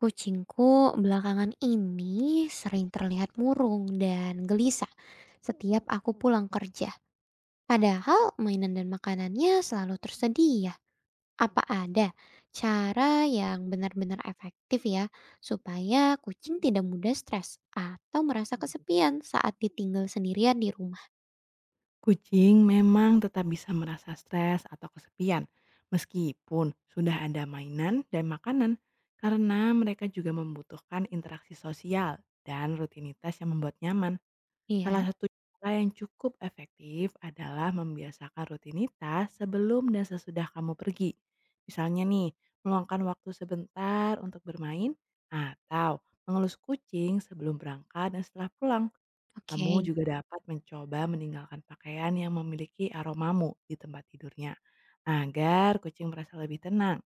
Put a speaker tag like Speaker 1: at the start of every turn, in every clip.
Speaker 1: Kucingku belakangan ini sering terlihat murung dan gelisah setiap aku pulang kerja. Padahal mainan dan makanannya selalu tersedia. Apa ada cara yang benar-benar efektif ya supaya kucing tidak mudah stres atau merasa kesepian saat ditinggal sendirian di rumah?
Speaker 2: Kucing memang tetap bisa merasa stres atau kesepian, meskipun sudah ada mainan dan makanan, karena mereka juga membutuhkan interaksi sosial dan rutinitas yang membuat nyaman. Salah
Speaker 1: Iya,
Speaker 2: satu cara yang cukup efektif adalah membiasakan rutinitas sebelum dan sesudah kamu pergi. Misalnya nih, meluangkan waktu sebentar untuk bermain atau mengelus kucing sebelum berangkat dan setelah pulang. Kamu
Speaker 1: oke.
Speaker 2: juga dapat mencoba meninggalkan pakaian yang memiliki aromamu di tempat tidurnya, agar kucing merasa lebih tenang.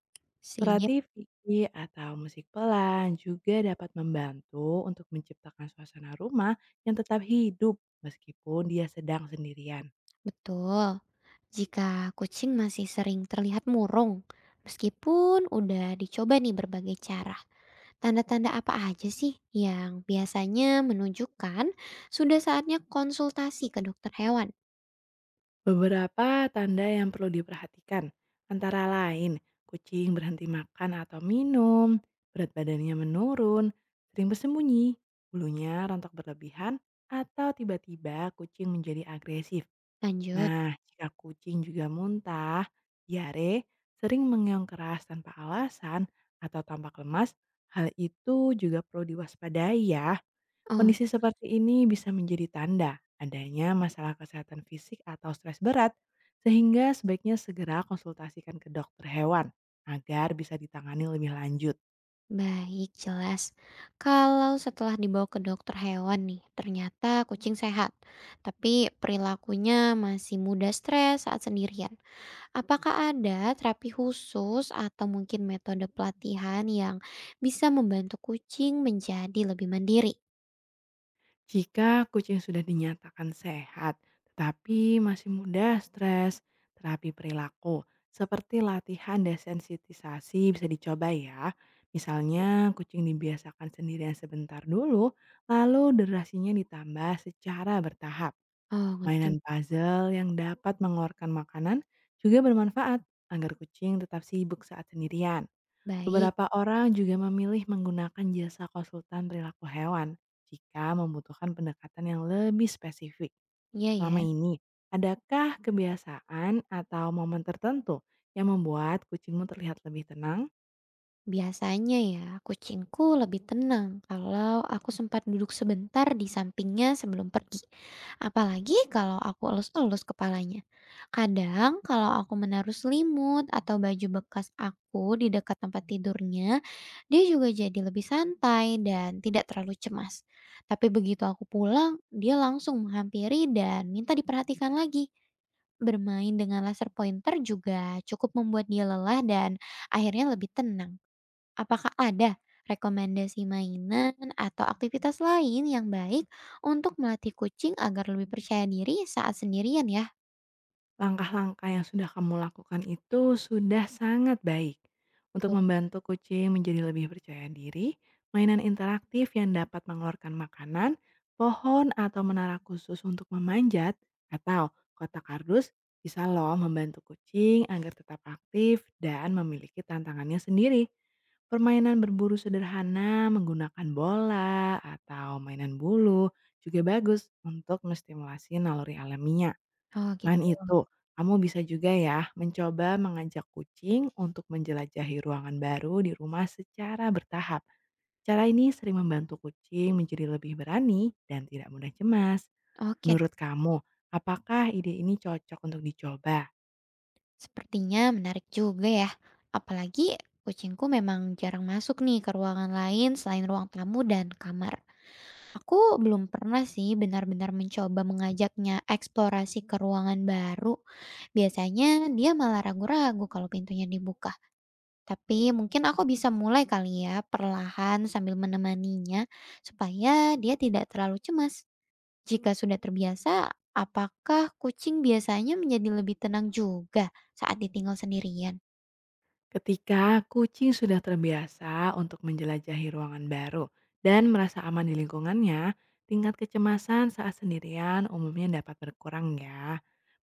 Speaker 2: Surat
Speaker 1: Sip,
Speaker 2: TV atau musik pelan juga dapat membantu untuk menciptakan suasana rumah yang tetap hidup meskipun dia sedang sendirian.
Speaker 1: betul. Jika kucing masih sering terlihat murung, meskipun udah dicoba nih berbagai cara. Tanda-tanda apa aja sih yang biasanya menunjukkan sudah saatnya konsultasi ke dokter hewan?
Speaker 2: Beberapa tanda yang perlu diperhatikan, antara lain kucing berhenti makan atau minum, berat badannya menurun, sering bersembunyi, bulunya rontok berlebihan, atau tiba-tiba kucing menjadi agresif.
Speaker 1: Lanjut.
Speaker 2: Nah, jika kucing juga muntah, diare, sering mengeong keras tanpa alasan, atau tampak lemas, hal itu juga perlu diwaspadai ya.
Speaker 1: Oh,
Speaker 2: Kondisi seperti ini bisa menjadi tanda adanya masalah kesehatan fisik atau stres berat, sehingga sebaiknya segera konsultasikan ke dokter hewan agar bisa ditangani lebih lanjut.
Speaker 1: baik, jelas. Kalau setelah dibawa ke dokter hewan nih, ternyata kucing sehat, tapi perilakunya masih mudah stres saat sendirian. Apakah ada terapi khusus atau mungkin metode pelatihan yang bisa membantu kucing menjadi lebih mandiri?
Speaker 2: Jika kucing sudah dinyatakan sehat, tetapi masih mudah stres, terapi perilaku seperti latihan desensitisasi bisa dicoba ya. Misalnya kucing dibiasakan sendirian sebentar dulu, lalu durasinya ditambah secara bertahap.
Speaker 1: Oh, ngerti.
Speaker 2: Mainan puzzle yang dapat mengeluarkan makanan juga bermanfaat agar kucing tetap sibuk saat sendirian.
Speaker 1: Baik.
Speaker 2: Beberapa orang juga memilih menggunakan jasa konsultan perilaku hewan jika membutuhkan pendekatan yang lebih spesifik.
Speaker 1: Iya ya.
Speaker 2: Selama ini, adakah kebiasaan atau momen tertentu yang membuat kucingmu terlihat lebih tenang?
Speaker 1: Biasanya ya, kucingku lebih tenang kalau aku sempat duduk sebentar di sampingnya sebelum pergi. Apalagi kalau aku elus-elus kepalanya. Kadang kalau aku menaruh selimut atau baju bekas aku di dekat tempat tidurnya, dia juga jadi lebih santai dan tidak terlalu cemas. Tapi begitu aku pulang, dia langsung menghampiri dan minta diperhatikan lagi. Bermain dengan laser pointer juga cukup membuat dia lelah dan akhirnya lebih tenang. Apakah ada rekomendasi mainan atau aktivitas lain yang baik untuk melatih kucing agar lebih percaya diri saat sendirian ya?
Speaker 2: Langkah-langkah yang sudah kamu lakukan itu sudah sangat baik. Untuk
Speaker 1: Tuh.
Speaker 2: membantu kucing menjadi lebih percaya diri, mainan interaktif yang dapat mengeluarkan makanan, pohon atau menara khusus untuk memanjat, atau kotak kardus bisa loh membantu kucing agar tetap aktif dan memiliki tantangannya sendiri. Permainan berburu sederhana menggunakan bola atau mainan bulu juga bagus untuk menstimulasi naluri alaminya.
Speaker 1: Oh gitu.
Speaker 2: Selain itu, kamu bisa juga ya mencoba mengajak kucing untuk menjelajahi ruangan baru di rumah secara bertahap. Cara ini sering membantu kucing menjadi lebih berani dan tidak mudah cemas.
Speaker 1: Oke,
Speaker 2: Menurut kamu, apakah ide ini cocok untuk dicoba?
Speaker 1: sepertinya menarik juga ya. Apalagi kucingku memang jarang masuk nih ke ruangan lain selain ruang tamu dan kamar. Aku belum pernah sih benar-benar mencoba mengajaknya eksplorasi ke ruangan baru. Biasanya dia malah ragu-ragu kalau pintunya dibuka. Tapi mungkin aku bisa mulai kali ya, perlahan sambil menemaninya supaya dia tidak terlalu cemas. Jika sudah terbiasa, apakah kucing biasanya menjadi lebih tenang juga saat ditinggal sendirian?
Speaker 2: Ketika kucing sudah terbiasa untuk menjelajahi ruangan baru dan merasa aman di lingkungannya, tingkat kecemasan saat sendirian umumnya dapat berkurang ya.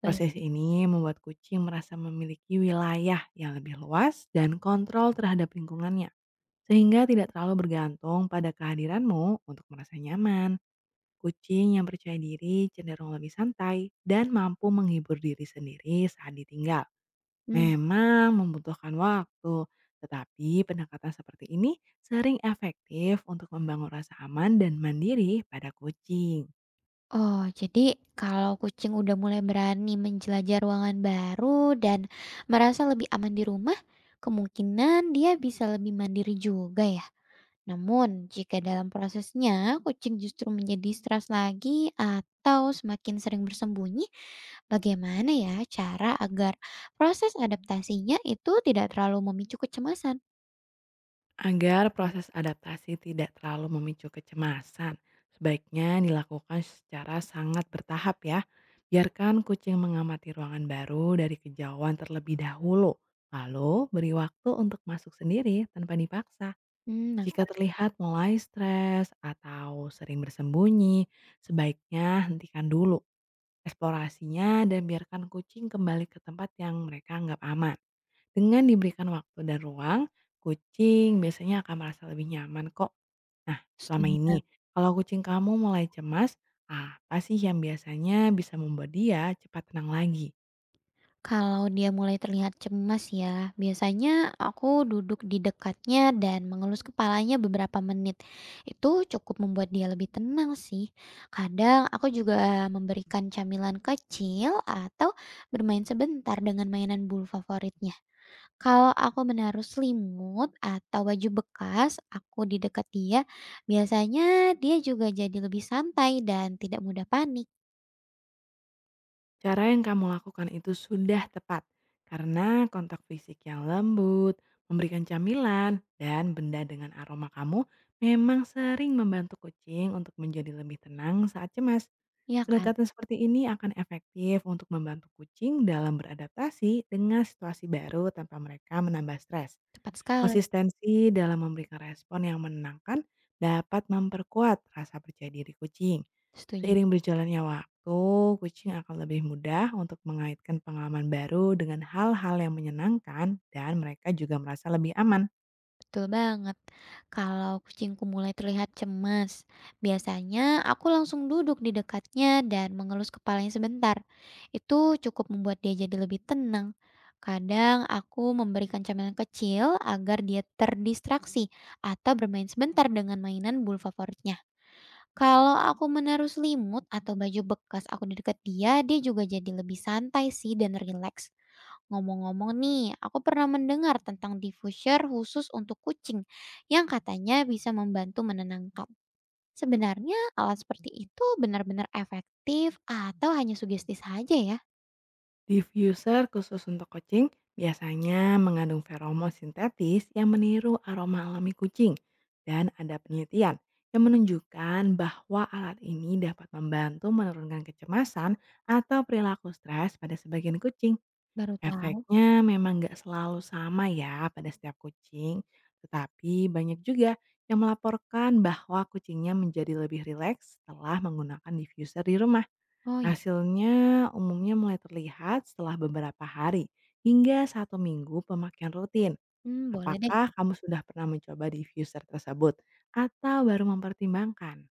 Speaker 1: Baik.
Speaker 2: Proses ini membuat kucing merasa memiliki wilayah yang lebih luas dan kontrol terhadap lingkungannya, sehingga tidak terlalu bergantung pada kehadiranmu untuk merasa nyaman. Kucing yang percaya diri cenderung lebih santai dan mampu menghibur diri sendiri saat ditinggal.
Speaker 1: Hmm.
Speaker 2: Memang membutuhkan waktu, tetapi pendekatan seperti ini sering efektif untuk membangun rasa aman dan mandiri pada kucing.
Speaker 1: Oh, jadi kalau kucing udah mulai berani menjelajah ruangan baru dan merasa lebih aman di rumah, kemungkinan dia bisa lebih mandiri juga ya. Namun, jika dalam prosesnya kucing justru menjadi stres lagi atau semakin sering bersembunyi, bagaimana ya cara agar proses adaptasinya itu tidak terlalu memicu kecemasan?
Speaker 2: Agar proses adaptasi tidak terlalu memicu kecemasan, sebaiknya dilakukan secara sangat bertahap ya. Biarkan kucing mengamati ruangan baru dari kejauhan terlebih dahulu, lalu beri waktu untuk masuk sendiri tanpa dipaksa.
Speaker 1: Hmm,
Speaker 2: Jika
Speaker 1: nangkap.
Speaker 2: terlihat mulai stres atau sering bersembunyi, sebaiknya hentikan dulu eksplorasinya dan biarkan kucing kembali ke tempat yang mereka anggap aman. Dengan diberikan waktu dan ruang, kucing biasanya akan merasa lebih nyaman kok. Nah, selama
Speaker 1: Setuju
Speaker 2: ini,
Speaker 1: banget.
Speaker 2: kalau kucing kamu mulai cemas, apa sih yang biasanya bisa membuat dia cepat tenang lagi?
Speaker 1: Kalau dia mulai terlihat cemas ya, biasanya aku duduk di dekatnya dan mengelus kepalanya beberapa menit. Itu cukup membuat dia lebih tenang sih. Kadang aku juga memberikan camilan kecil atau bermain sebentar dengan mainan bulu favoritnya. Kalau aku menaruh selimut atau baju bekas, aku di dekat dia, biasanya dia juga jadi lebih santai dan tidak mudah panik.
Speaker 2: Cara yang kamu lakukan itu sudah tepat, karena kontak fisik yang lembut, memberikan camilan, dan benda dengan aroma kamu memang sering membantu kucing untuk menjadi lebih tenang saat cemas.
Speaker 1: Ya kan?
Speaker 2: Pendekatan seperti ini akan efektif untuk membantu kucing dalam beradaptasi dengan situasi baru tanpa mereka menambah stres.
Speaker 1: Tepat sekali.
Speaker 2: Konsistensi dalam memberikan respon yang menenangkan dapat memperkuat rasa percaya diri kucing.
Speaker 1: Setuju.
Speaker 2: Seiring berjalannya waktu, kucing akan lebih mudah untuk mengaitkan pengalaman baru dengan hal-hal yang menyenangkan dan mereka juga merasa lebih aman.
Speaker 1: Betul banget. Kalau kucingku mulai terlihat cemas, biasanya aku langsung duduk di dekatnya dan mengelus kepalanya sebentar. Itu cukup membuat dia jadi lebih tenang. Kadang aku memberikan camilan kecil agar dia terdistraksi atau bermain sebentar dengan mainan bulu favoritnya. Kalau aku menaruh selimut atau baju bekas aku di dekat dia, dia juga jadi lebih santai sih dan rileks. Ngomong-ngomong nih, aku pernah mendengar tentang diffuser khusus untuk kucing yang katanya bisa membantu menenangkan. Sebenarnya alat seperti itu benar-benar efektif atau hanya sugesti saja ya?
Speaker 2: Diffuser khusus untuk kucing biasanya mengandung feromon sintetis yang meniru aroma alami kucing dan ada penelitian yang menunjukkan bahwa alat ini dapat membantu menurunkan kecemasan atau perilaku stres pada sebagian kucing.
Speaker 1: Baru tahu.
Speaker 2: Efeknya memang nggak selalu sama ya pada setiap kucing, tetapi banyak juga yang melaporkan bahwa kucingnya menjadi lebih rileks setelah menggunakan diffuser di rumah.
Speaker 1: Oh iya.
Speaker 2: Hasilnya umumnya mulai terlihat setelah beberapa hari hingga satu minggu pemakaian rutin.
Speaker 1: Hmm, boleh deh.
Speaker 2: Apakah kamu sudah pernah mencoba diffuser tersebut atau baru mempertimbangkan?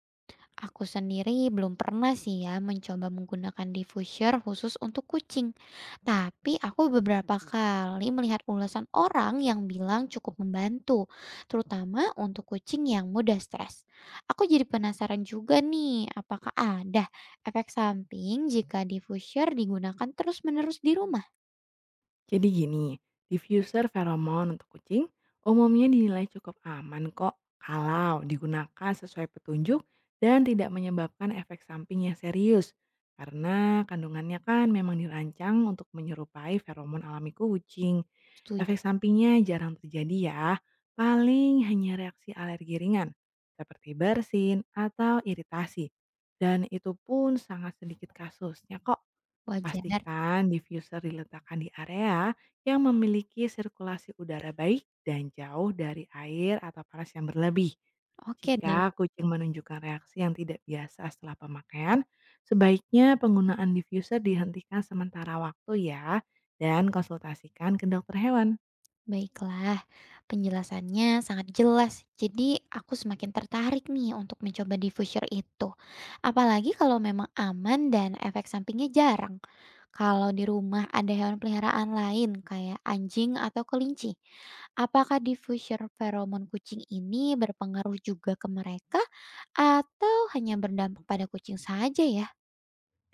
Speaker 1: Aku sendiri belum pernah sih ya mencoba menggunakan diffuser khusus untuk kucing. Tapi aku beberapa kali melihat ulasan orang yang bilang cukup membantu, terutama untuk kucing yang mudah stres. Aku jadi penasaran juga nih, apakah ada efek samping jika diffuser digunakan terus-menerus di rumah?
Speaker 2: Jadi gini, diffuser feromon untuk kucing umumnya dinilai cukup aman kok kalau digunakan sesuai petunjuk dan tidak menyebabkan efek samping yang serius. Karena kandungannya kan memang dirancang untuk menyerupai feromon alami kucing.
Speaker 1: Setuju.
Speaker 2: Efek sampingnya jarang terjadi ya, paling hanya reaksi alergi ringan seperti bersin atau iritasi. Dan itu pun sangat sedikit kasusnya kok.
Speaker 1: Wajar.
Speaker 2: Pastikan diffuser diletakkan di area yang memiliki sirkulasi udara baik dan jauh dari air atau panas yang berlebih.
Speaker 1: Oke deh.
Speaker 2: Jika kucing menunjukkan reaksi yang tidak biasa setelah pemakaian, sebaiknya penggunaan diffuser dihentikan sementara waktu ya, dan konsultasikan ke dokter hewan.
Speaker 1: Baiklah, penjelasannya sangat jelas. Jadi, aku semakin tertarik nih untuk mencoba diffuser itu. Apalagi kalau memang aman dan efek sampingnya jarang. Kalau di rumah ada hewan peliharaan lain kayak anjing atau kelinci, apakah diffuser feromon kucing ini berpengaruh juga ke mereka atau hanya berdampak pada kucing saja ya?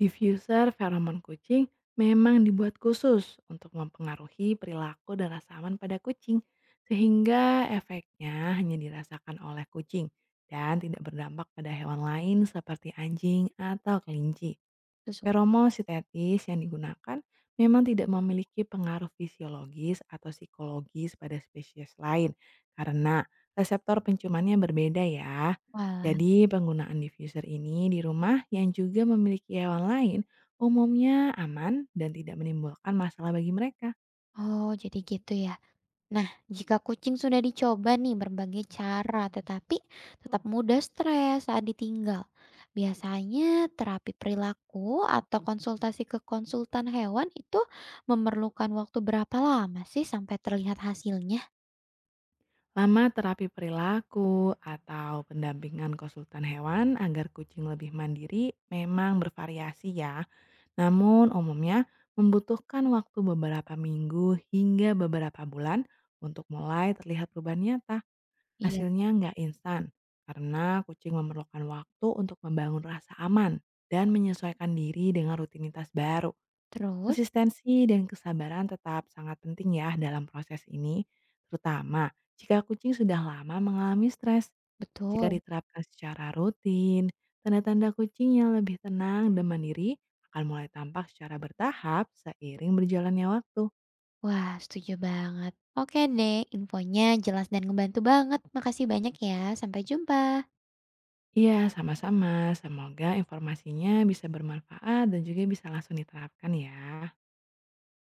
Speaker 2: Diffuser feromon kucing memang dibuat khusus untuk mempengaruhi perilaku dan rasa aman pada kucing, sehingga efeknya hanya dirasakan oleh kucing dan tidak berdampak pada hewan lain seperti anjing atau kelinci.
Speaker 1: Terus.
Speaker 2: Feromon sintetis yang digunakan memang tidak memiliki pengaruh fisiologis atau psikologis pada spesies lain karena reseptor penciumannya berbeda ya.
Speaker 1: Wah,
Speaker 2: Jadi penggunaan diffuser ini di rumah yang juga memiliki hewan lain umumnya aman dan tidak menimbulkan masalah bagi mereka.
Speaker 1: oh jadi gitu ya. Nah, jika kucing sudah dicoba nih berbagai cara, tetapi tetap mudah stres saat ditinggal, biasanya terapi perilaku atau konsultasi ke konsultan hewan itu memerlukan waktu berapa lama sih sampai terlihat hasilnya?
Speaker 2: Lama terapi perilaku atau pendampingan konsultan hewan agar kucing lebih mandiri memang bervariasi ya. Namun umumnya membutuhkan waktu beberapa minggu hingga beberapa bulan untuk mulai terlihat perubahan nyata.
Speaker 1: Iya, kan?
Speaker 2: Hasilnya nggak instan, karena kucing memerlukan waktu untuk membangun rasa aman dan menyesuaikan diri dengan rutinitas baru.
Speaker 1: Terus?
Speaker 2: Konsistensi dan kesabaran tetap sangat penting ya dalam proses ini, terutama jika kucing sudah lama mengalami stres. Jika
Speaker 1: Betul.
Speaker 2: diterapkan secara rutin, tanda-tanda kucing yang lebih tenang dan mandiri akan mulai tampak secara bertahap seiring berjalannya waktu.
Speaker 1: Wah, setuju banget. Oke deh, infonya jelas dan ngebantu banget. Makasih banyak ya. Sampai jumpa.
Speaker 2: Iya, sama-sama. Semoga informasinya bisa bermanfaat dan juga bisa langsung diterapkan ya.